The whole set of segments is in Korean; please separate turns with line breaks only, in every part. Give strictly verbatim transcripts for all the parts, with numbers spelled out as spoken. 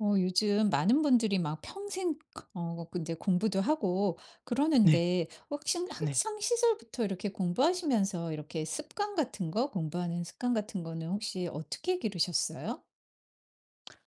어, 요즘 많은 분들이 막 평생, 어, 근데 공부도 하고
네.
그러는데, 학창,
네.
학창 시절부터 이렇게 공부하시면서 이렇게 습관 같은 거, 공부하는 습관 같은 거는 혹시 어떻게 기르셨어요?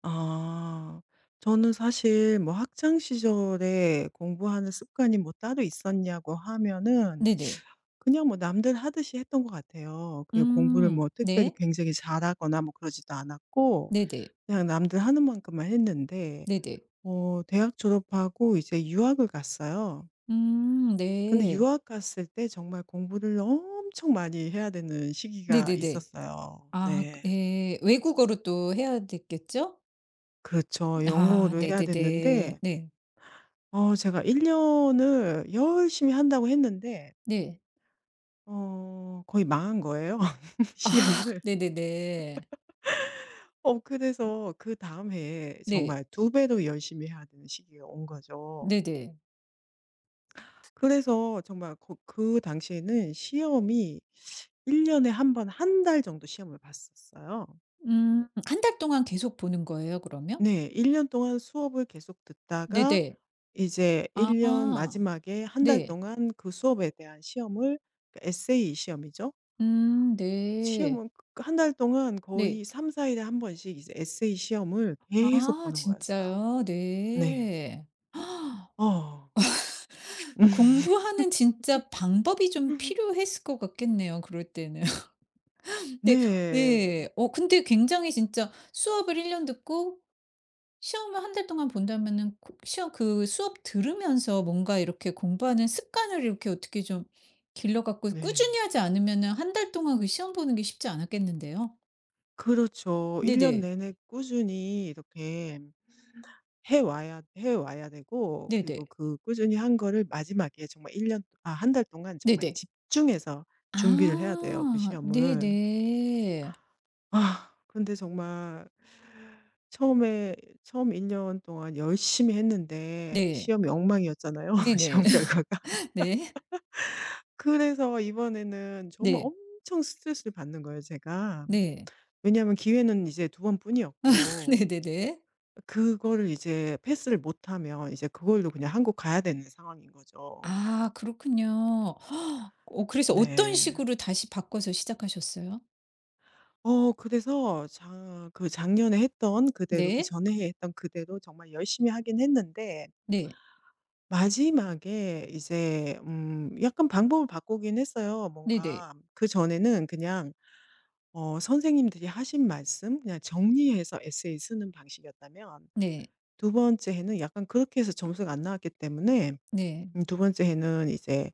아. 저는 사실 뭐 학창 시절에 공부하는 습관이 뭐 따로 있었냐고 하면은
네네.
그냥 뭐 남들 하듯이 했던 것 같아요. 그 공부를
음,
뭐 특별히
네.
굉장히 잘하거나 뭐 그러지도 않았고
네네.
그냥 남들 하는 만큼만 했는데
네네.
어 대학 졸업하고 이제 유학을 갔어요.
음,
근데
네.
유학 갔을 때 정말 공부를 엄청 많이 해야 되는 시기가
네네네.
있었어요.
아,
네.
예. 외국어로 또 해야 됐겠죠?
그렇죠.
아,
영어도 해야
네네네.
됐는데
네.
어 제가 일 년을 열심히 한다고 했는데
네.
어 거의 망한 거예요,
아,
시험을.
네네네.
어 그래서 그다음 해에
네.
정말 두 배로 열심히 해야 되는 시기가 온 거죠.
네네.
그래서 정말 그 그 당시에는 시험이 일 년에 한 번 한 달 정도 시험을 봤었어요.
음. 한 달 동안 계속 보는 거예요 그러면?
네. 일 년 동안 수업을 계속 듣다가
네네.
이제
아.
일 년 마지막에 한 달
네.
동안 그 수업에 대한 시험을, 그 에세이 시험이죠.
음 네.
시험은 그, 그 한달 동안
네.
거의 삼사 일에 한 번씩 이제 에세이 시험을 계속
아
보는 거였어요.
진짜요?
네.
네. 아,
어.
공부하는 진짜 방법이 좀 필요했을 것 같겠네요 그럴 때는. 네
네.
예. 어 근데 굉장히 진짜 수업을 일 년 듣고 시험을 한 달 동안 본다면은 그 시험 그 수업 들으면서 뭔가 이렇게 공부하는 습관을 이렇게 어떻게 좀 길러 갖고
네.
꾸준히 하지 않으면은 한 달 동안 그 시험 보는 게 쉽지 않았겠는데요?
그렇죠. 일 년
네네.
내내 꾸준히 이렇게 해 와야 해 와야 되고,
네네.
그리고 그 꾸준히 한 거를 마지막에 정말 일 년아 한 달 동안 정말
네네.
집중해서 준비를 해야 돼요, 그
아.
시험을.
네네.
아 근데 정말 처음에 처음 일 년 동안 열심히 했는데
네.
시험이 엉망이었잖아요,
네네.
시험 결과가.
네.
그래서 이번에는 정말
네.
엄청 스트레스를 받는 거예요, 제가.
네.
왜냐하면 기회는 이제 두 번뿐이었고
네네네.
그거를 이제 패스를 못하면 이제 그걸로 그냥 한국 가야 되는 상황인 거죠.
아 그렇군요. 어 그래서 어떤
네.
식으로 다시 바꿔서 시작하셨어요?
어 그래서 작 그 작년에 했던 그대로
네.
그전에 했던 그대로 정말 열심히 하긴 했는데
네.
마지막에 이제 음 약간 방법을 바꾸긴 했어요.
네네.
뭔가 그전에는 그냥 어 선생님들이 하신 말씀 그냥 정리해서 에세이 쓰는 방식이었다면
네.
두 번째 해는 약간 그렇게 해서 점수가 안 나왔기 때문에
네.
음 두 번째 해는 이제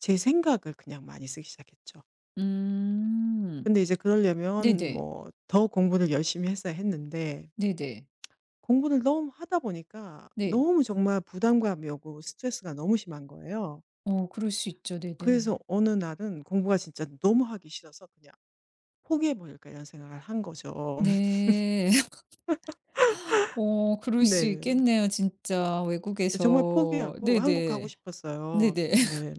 제 생각을 그냥 많이 쓰기 시작했죠.
음.
근데 이제 그러려면
네네.
뭐 더 공부를 열심히 했어야 했는데
네네.
공부를 너무 하다 보니까
네.
너무 정말 부담감이 오고 스트레스가 너무 심한 거예요.
어 그럴 수 있죠. 네네.
그래서 어느 날은 공부가 진짜 너무 하기 싫어서 그냥 '포기해 버릴까.' 이런 생각을 한 거죠.
네. 어 그럴 수
네.
있겠네요 진짜
정말
외국에서.
포기하고 한국 가고
네네.
싶었어요.
네네.
네.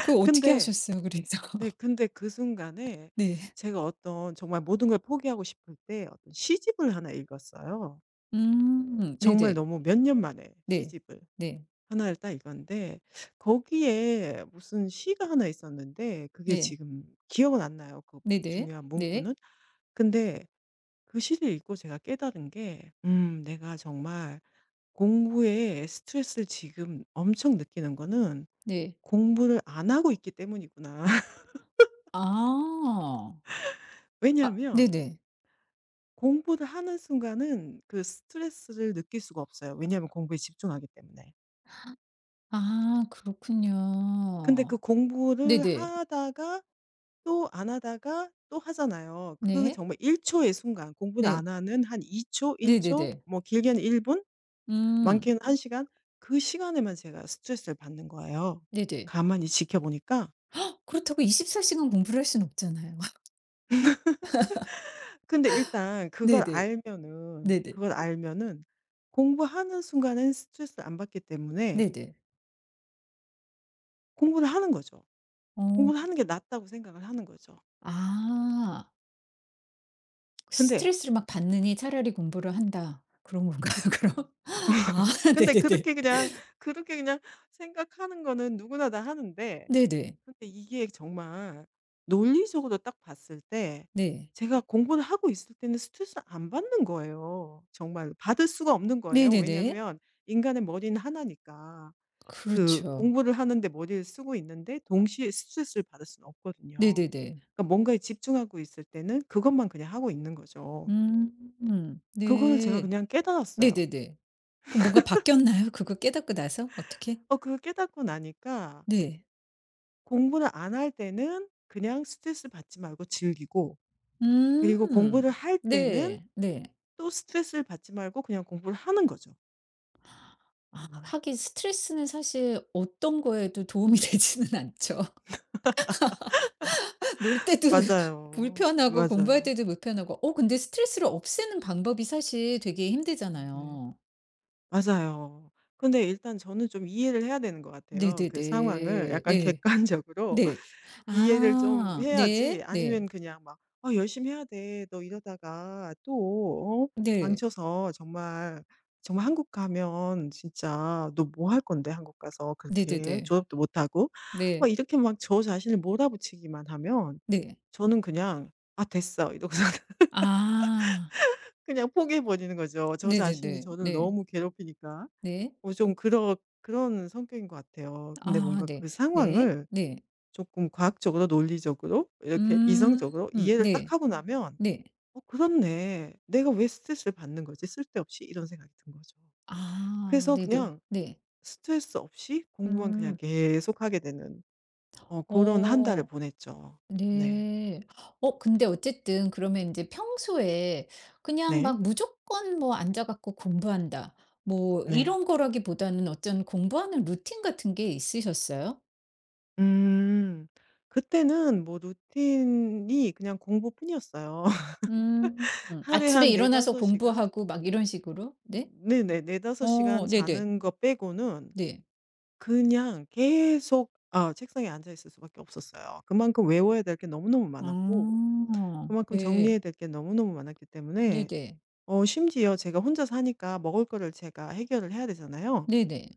그거 어떻게
근데,
하셨어요 그래서?
네 근데 그 순간에
네.
제가 어떤 정말 모든 걸 포기하고 싶을 때 어떤 시집을 하나 읽었어요.
음.
정말
네네.
너무 몇 년 만에
네.
시집을
네.
하나를 딱 읽었는데 거기에 무슨 시가 하나 있었는데 그게
네.
지금 기억은 안 나요, 그
네네.
중요한
네.
문구는. 근데 그 시를 읽고 제가 깨달은 게 음 내가 정말 공부에 스트레스를 지금 엄청 느끼는 거는
네.
공부를 안 하고 있기 때문이구나.
아. 아
왜냐하면
네네.
공부를 하는 순간은 그 스트레스를 느낄 수가 없어요. 왜냐하면 공부에 집중하기 때문에.
아
근데 그
그렇군요.
공부를
네네.
하다가 또 안 하다가 또 하잖아요. 그
네.
정말 일 초의 순간 공부를
네.
안 하는 한 이 초, 일 초
네네네.
뭐 길게는 일 분
음.
많게는 한 시간, 그 시간에만 제가 스트레스를 받는 거예요,
네네.
가만히 지켜보니까.
그렇다고 이십사 시간 공부를 할 수는 없잖아요.
근데 일단 그걸
네네.
알면은
네네.
그걸 알면은 공부하는 순간엔 스트레스를 안 받기 때문에
네네.
공부를 하는 거죠. 공부를
어.
하는 게 낫다고 생각을 하는 거죠.
아.
근데
'스트레스를 막 받느니 차라리 공부를 한다.' 그런 건가요
그쵸.
그럼? 아
근데
네네네.
그렇게 그냥 그렇게 그냥 생각하는 거는 누구나 다 하는데,
네네.
근데 이게 정말 논리적으로 딱 봤을 때
네.
제가 공부를 하고 있을 때는 스트레스를 안 받는 거예요. 정말 받을 수가 없는 거예요.
네네네.
왜냐하면 인간의 머리는 하나니까. 그
그렇죠.
공부를 하는데 머리를 쓰고 있는데 동시에 스트레스를 받을 수는 없거든요.
네네네.
그러니까 뭔가에 집중하고 있을 때는 그것만 그냥 하고 있는 거죠.
음. 음,
그거를 제가
네.
그냥 깨달았어요.
네네네. 그럼 뭔가 바뀌었나요? 그거 깨닫고 나서 어떻게?
어, 그걸 깨닫고 나니까
네.
공부를 안 할 때는 그냥 스트레스 받지 말고 즐기고, 그리고
음.
공부를 할 때는
네. 네.
또 스트레스를 받지 말고 그냥 공부를 하는 거죠.
아 하긴 스트레스는 사실 어떤 거에도 도움이 되지는 않죠. 놀 때도
맞아요.
불편하고 공부할
맞아요.
때도 불편하고 어 근데 스트레스를 없애는 방법이 사실 되게
음. 네.
힘들잖아요.
맞아요. 근데 일단 저는 좀 이해를 해야 되는 것 같아요. 그 상황을
네네네.
약간
네.
객관적으로
네.
이해를 좀
아
해야지,
네.
아니면
네.
그냥 막 "아 열심히 해야 돼. 너 이러다가 또 어
네.
망쳐서 정말, 정말 한국 가면 진짜 너 뭐 할 건데 한국 가서 그렇게
네네네.
졸업도 못 하고." 막
네.
이렇게 막 저 자신을 몰아붙이기만 하면
네.
저는 그냥 '아 됐어.' 이러고서
아
그냥 포기해 버리는 거죠. 저 자신이
네네네.
저를
네.
너무 괴롭히니까.
네.
어 좀 그런 그런 성격인 것 같아요. 근데
아
뭔가
네.
그
네.
상황을
네.
조금 과학적으로 논리적으로 이렇게
음
이성적으로
음
이해를 딱
네.
하고 나면
네.
'어 그렇네. 내가 왜 스트레스를 받는 거지 쓸데없이?' 이런 생각이 든 거죠.
아
그래서
네네.
그냥
네.
스트레스 없이 공부만 그냥
음.
계속 하게 되는 어런한 달을
어
보냈죠. 네.
네. 어 근데 어쨌든 그러면 이제 평소에 그냥
네.
막 무조건 뭐 앉아 갖고 공부한다 뭐
네.
이런 거라기보다는 어쩐 공부하는 루틴 같은 게 있으셨어요?
음. 그때는 뭐 루틴이 그냥 공부뿐이었어요.
음. 음.
하루에
아침에
한
일어나서
네다섯 시간?
공부하고 막 이런 식으로? 네.
네네. 다섯 시간
어 네네.
자는 거 빼고는
네.
그냥 계속 아 책상에 앉아 있을 수밖에 없었어요. 그만큼 외워야 될 게 너무너무 많았고
아.
그만큼
네.
정리해야 될 게 너무너무 많았기 때문에
네네.
어 심지어 제가 혼자 사니까 먹을 거를 제가 해결을 해야 되잖아요.
네네.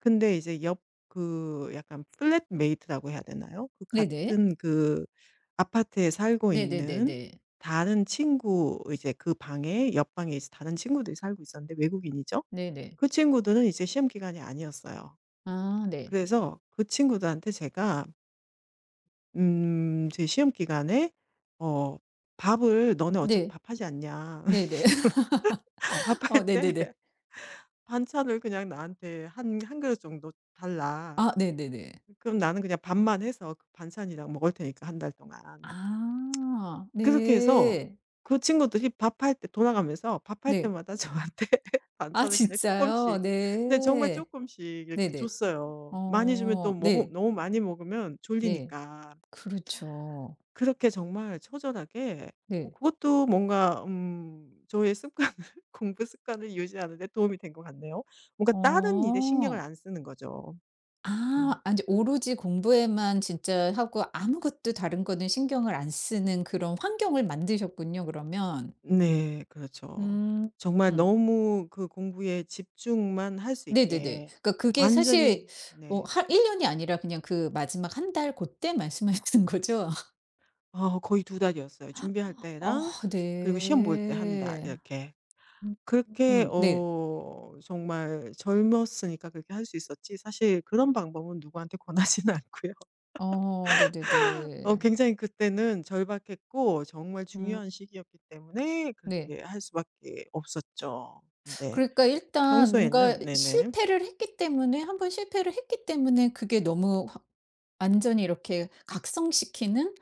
근데 이제 옆 그 약간 플랫메이트라고 해야 되나요? 그
네네.
같은 그 아파트에 살고
네네네네.
있는 다른 친구 이제 그 방에 옆 방에 이제 다른 친구들이 살고 있었는데 외국인이죠.
네네.
그 친구들은 이제 시험 기간이 아니었어요.
아 네.
그래서 그 친구들한테 제가 음 제 시험 기간에 어 "밥을 너네 어차피
네.
밥하지 않냐.
네네.
밥할
어
때
네네네.
반찬을 그냥 나한테 한 한 그릇 정도 달라."
아 네네네.
그럼 나는 그냥 밥만 해서 그 반찬이랑 먹을 테니까 한 달 동안.
아
그렇게 해서
네.
그 친구들이 밥할 때 돌아가면서 밥할
네.
때마다 저한테
아
반찬을 그냥 조금씩,
진짜요?
근데 정말 조
네.
금씩 이렇게
네네.
줬어요. 많이 주면 또
어
먹
네.
너무 많이 먹으면
네.
졸리니까.
그렇죠.
그렇게 정말 처절하게 뭐
네.
그것도 뭔가 음 저의 습관을 공부 습관을 유지하는 데 도움이 된 것 같네요. 뭔가 다른 일에 신경을
어.
안 쓰는 거죠. 음.
아아제 오로지 공부에만 진짜 하고 아무것도 다른 거는 신경을 안 쓰는 그런 환경을 만드셨군요 그러면.
네. 그렇죠.
음.
정말
음.
너무 그 공부에 집중만 할 수
네네네.
있게
그러니까 그게 사실
완전히.
어
네.
한 일 년이 아니라 그냥 그 마지막 한 달 그때 말씀하시는 거죠?
어 거의 두 달이었어요. 준비할
아
때랑 그리고 시험 볼 때 한 달,
네.
이렇게.
음.
그렇게
음 네.
어 정말 젊었으니까 그렇게 할 수 있었지 사실 그런 방법은 누구한테 권하지는 않고요.
어
어
네네네.
굉장히 그때는 절박했고 정말
음.
중요한 시기였기 때문에
네.
그렇게 할 수밖에 없었죠. 근데
그러니까 일단 뭔가
평소에는 네네.
실패를 했기 때문에 한 번 실패를 했기 때문에 그게 너무 확 완전히 이렇게 각성시키는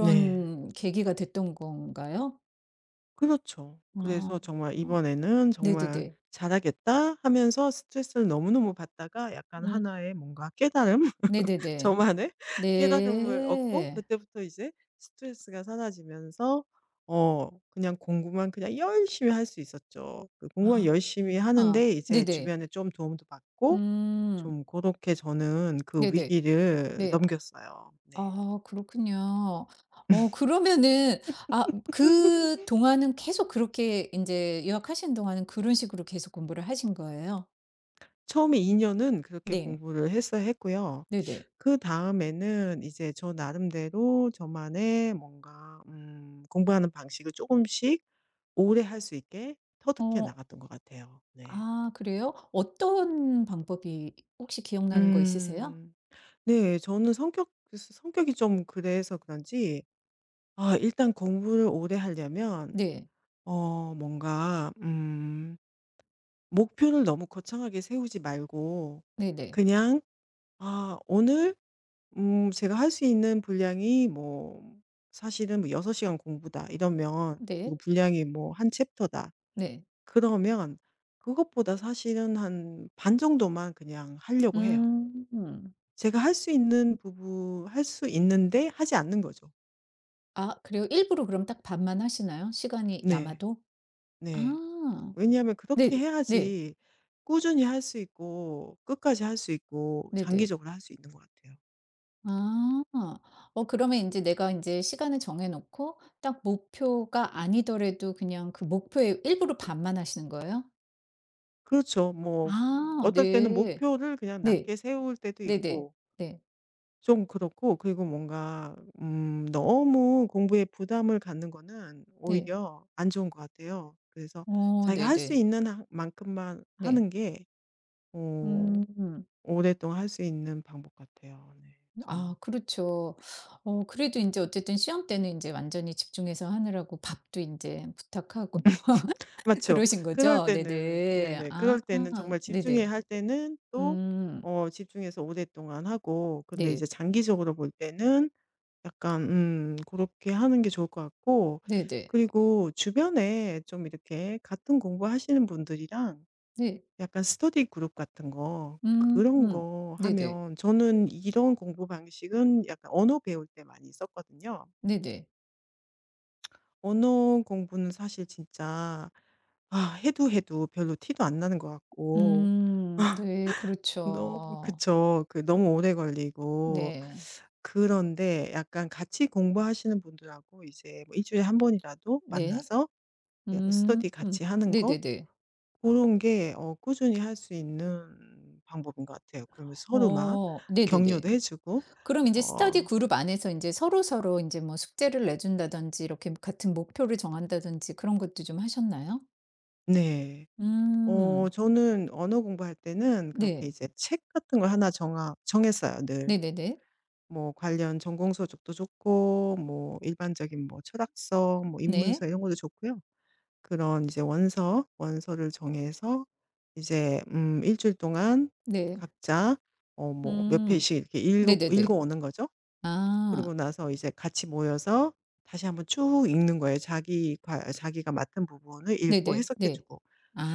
네.
계기가 됐던 건가요?
그렇죠. 그래서
아.
정말 '이번에는 정말
네네네.
잘하겠다.' 하면서 스트레스를 너무너무 받다가 약간
음.
하나의 뭔가 깨달음?
네네네.
저만의 깨달음을 얻고
네.
그때부터 이제 스트레스가 사라지면서 어 그냥 공부만 그냥 열심히 할 수 있었죠. 그 공부만 열심히
아
하는데 이제
네네.
주변에 좀 도움도 받고
음.
좀, 그렇게 저는 그
네네.
위기를
네.
넘겼어요. 네.
아 그렇군요. 어 그러면은 아 그동안은 계속 그렇게 이제 유학하시는 동안은 그런 식으로 계속 공부를 하신 거예요?
처음에 이 년은 그렇게
네.
공부를 해서 했고요.
네네.
그다음에는 이제 저 나름대로 저만의 뭔가 음 공부하는 방식을 조금씩 오래 할 수 있게 터득해
어
나갔던 것 같아요. 네.
아 그래요? 어떤 방법이 혹시 기억나는 거 있으세요?
음. 네. 저는 성격 성격이 좀 그래서 그런지 아 일단 공부를 오래 하려면
네.
어 뭔가 음 목표를 너무 거창하게 세우지 말고
네네.
그냥 '아 오늘 음 제가 할 수 있는 분량이 뭐 사실은 뭐 여섯 시간 공부다 이러면 그리고
네.
분량이 뭐 한 챕터다
네.
그러면 그것보다 사실은 한 반 정도만 그냥 하려고 해요.
음. 음.
제가 할 수 있는 부분 할 수 있는데 하지 않는 거죠.
아 그래요? 일부러 그럼 딱 반만 하시나요? 시간이
네.
남아도?
네.
아.
왜냐하면
네네.
그렇게
네.
해야지 꾸준히 할 수 있고 끝까지 할 수 있고
네네.
장기적으로 할 수 있는 것 같아요.
아. 어 그러면 이제 내가 이제 시간을 정해 놓고 딱 목표가 아니더라도 그냥 그 목표의 일부러 반만 하시는 거예요?
그렇죠. 뭐 음
아
어떨 때는
네.
목표를 그냥
네.
낮게 세울 때도
네네.
있고
네.
좀 그렇고, 그리고 뭔가 음 너무 공부에 부담을 갖는 거는
네.
오히려 안 좋은 것 같아요. 그래서
어
자기가 할 수
네네.
있는 하- 만큼만
네.
하는 게 어
음.
오랫동안 할 수 있는 방법 같아요. 네. 저는.
아 그렇죠. 어 그래도 이제 어쨌든 시험 때는 이제 완전히 집중해서 하느라고 밥도 이제 부탁하고
맞죠?
그러신
그럴
거죠?
때는
네네.
네네.
아
그럴 때는 정말 집중해야
네네.
할 때는 또
음.
어 집중해서 오랫동안 하고, 근데 이제
네.
장기적으로 볼 때는 약간 음 그렇게 하는 게 좋을 것 같고,
네네.
그리고 주변에 좀 이렇게 같은 공부하시는 분들이랑
네.
약간 스터디 그룹 같은 거
음.
그런 거
네네.
하면, 저는 이런 공부 방식은 약간 언어 배울 때 많이 썼거든요.
네네.
언어 공부는 사실 진짜 아 해도 해도 별로 티도 안 나는 것 같고,
음. 네.
너
그렇죠.
그쵸. 그 너무 오래 걸리고,
네.
그런데 약간 같이 공부하시는 분들하고 이제 뭐 주일에 한 번이라도
네.
만나서 그냥
음.
스터디
음.
같이 하는 거,
네네네.
그런 게 어 꾸준히 할 수 있는 방법인 것 같아요. 그러면 서로 막
어. 네네네.
격려도 해 주고.
그럼 인제 스터디
어
그룹 안에서 인제 서로서로 인제 뭐 숙제를 내준다든지 이렇게 같은 목표를 정한다든지 그런 것도 좀 하셨나요?
네. 어
음.
저는 언어 공부할 때는 그렇게
네.
이제 책 같은 걸 하나 정하 정했어요 늘.
네네네.
뭐 관련 전공 서적도 좋고 뭐 일반적인 뭐 철학서 뭐
네.
인문서 이런 것도 좋고요. 그런 이제 원서, 원서를 정해서 이제 음 일 주일 동안
네.
각자 어 뭐 몇
음.
페이지씩 이렇게 읽어 읽어
네네네.
오는 거죠.
아.
그러고 나서 이제 같이 모여서 다시 한번 쭉 읽는 거예요. 자기 과 자기가 맡은 부분을 읽고
네네.
해석해
네.
주고.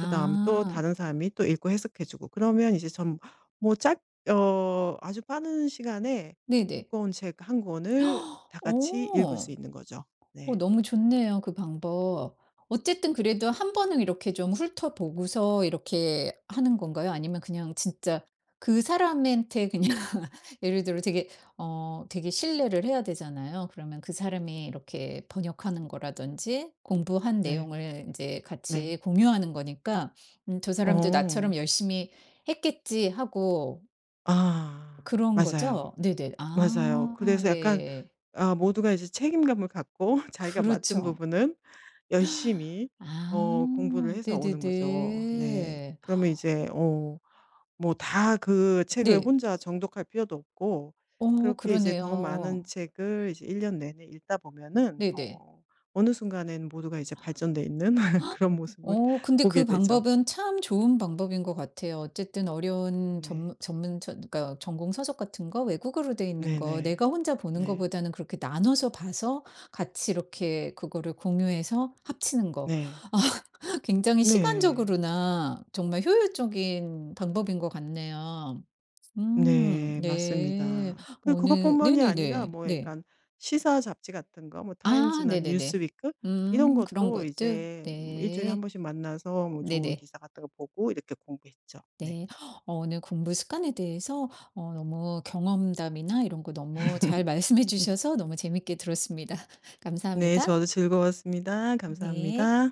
그다음에 또 다른 사람이 또 읽고 해석해 주고 그러면 이제 전 뭐 짧 어 아주 빠른 시간에
네네.
두꺼운 책 한 권을 다 같이 읽을 수
어.
있는 거죠.
어
네.
너무 좋네요, 그 방법. 어쨌든 그래도 한 번은 이렇게 좀 훑어보고서 이렇게 하는 건가요? 아니면 그냥 진짜 그 사람한테 그냥 예를 들어 되게 어 되게 신뢰를 해야 되잖아요. 그러면 그 사람이 이렇게 번역하는 거라든지 공부한
네.
내용을 이제
네.
같이 공유하는 거니까 '음 저 사람도 나처럼
어.
열심히 했겠지.' 하고
아.
그런
맞아요.
거죠? 네네.
맞아요.
아
그래서 약간
네.
아 모두가 이제 책임감을 갖고 자기가 맡은
그렇죠.
부분은 열심히
아
어 공부를 해서 오는 거죠. 네.
네네네.
그러면 이제 어 뭐 다 그 책을
네.
혼자 정독할 필요도 없고,
어
그렇게 이제 더 많은
그러네요.
책을 이제 일 년 내내 읽다 보면은
네네.
어 어느 순간에는 모두가 이제 발전돼 있는 그런 모습을
어 근데
보게
그
되죠.
방법은 참 좋은 방법인 것 같아요. 어쨌든 어려운
네.
전 전문 전 그러니까 전공 서적 같은 거 외국어로 돼 있는 거
네네.
내가 혼자 보는
네.
거보다는 그렇게 나눠서 봐서 같이 이렇게 그거를 공유해서 합치는 거.
네.
아 굉장히
네.
시간적으로나 정말 효율적인 방법인 것 같네요. 음
네.
네.
맞습니다. 그
오늘
그것뿐만이 아니라
네네네.
뭐
네.
약간 시사 잡지 같은 거 뭐
아
타임즈나
네네네.
뉴스위크 이런
음 그런
것도
것들?
이제 뭐 주일에 한
네.
번씩 만나서 뭐 좋은
네네.
기사 같은 거 보고 이렇게 공부했죠. 네.
네. 어 오늘 공부 습관에 대해서 어 너무 경험담이나 이런 거 너무 잘 말씀해
음.
주셔서 너무 재밌게 들었습니다.
네.
감사합니다.
저도 즐거웠습니다.
네.
감사합니다.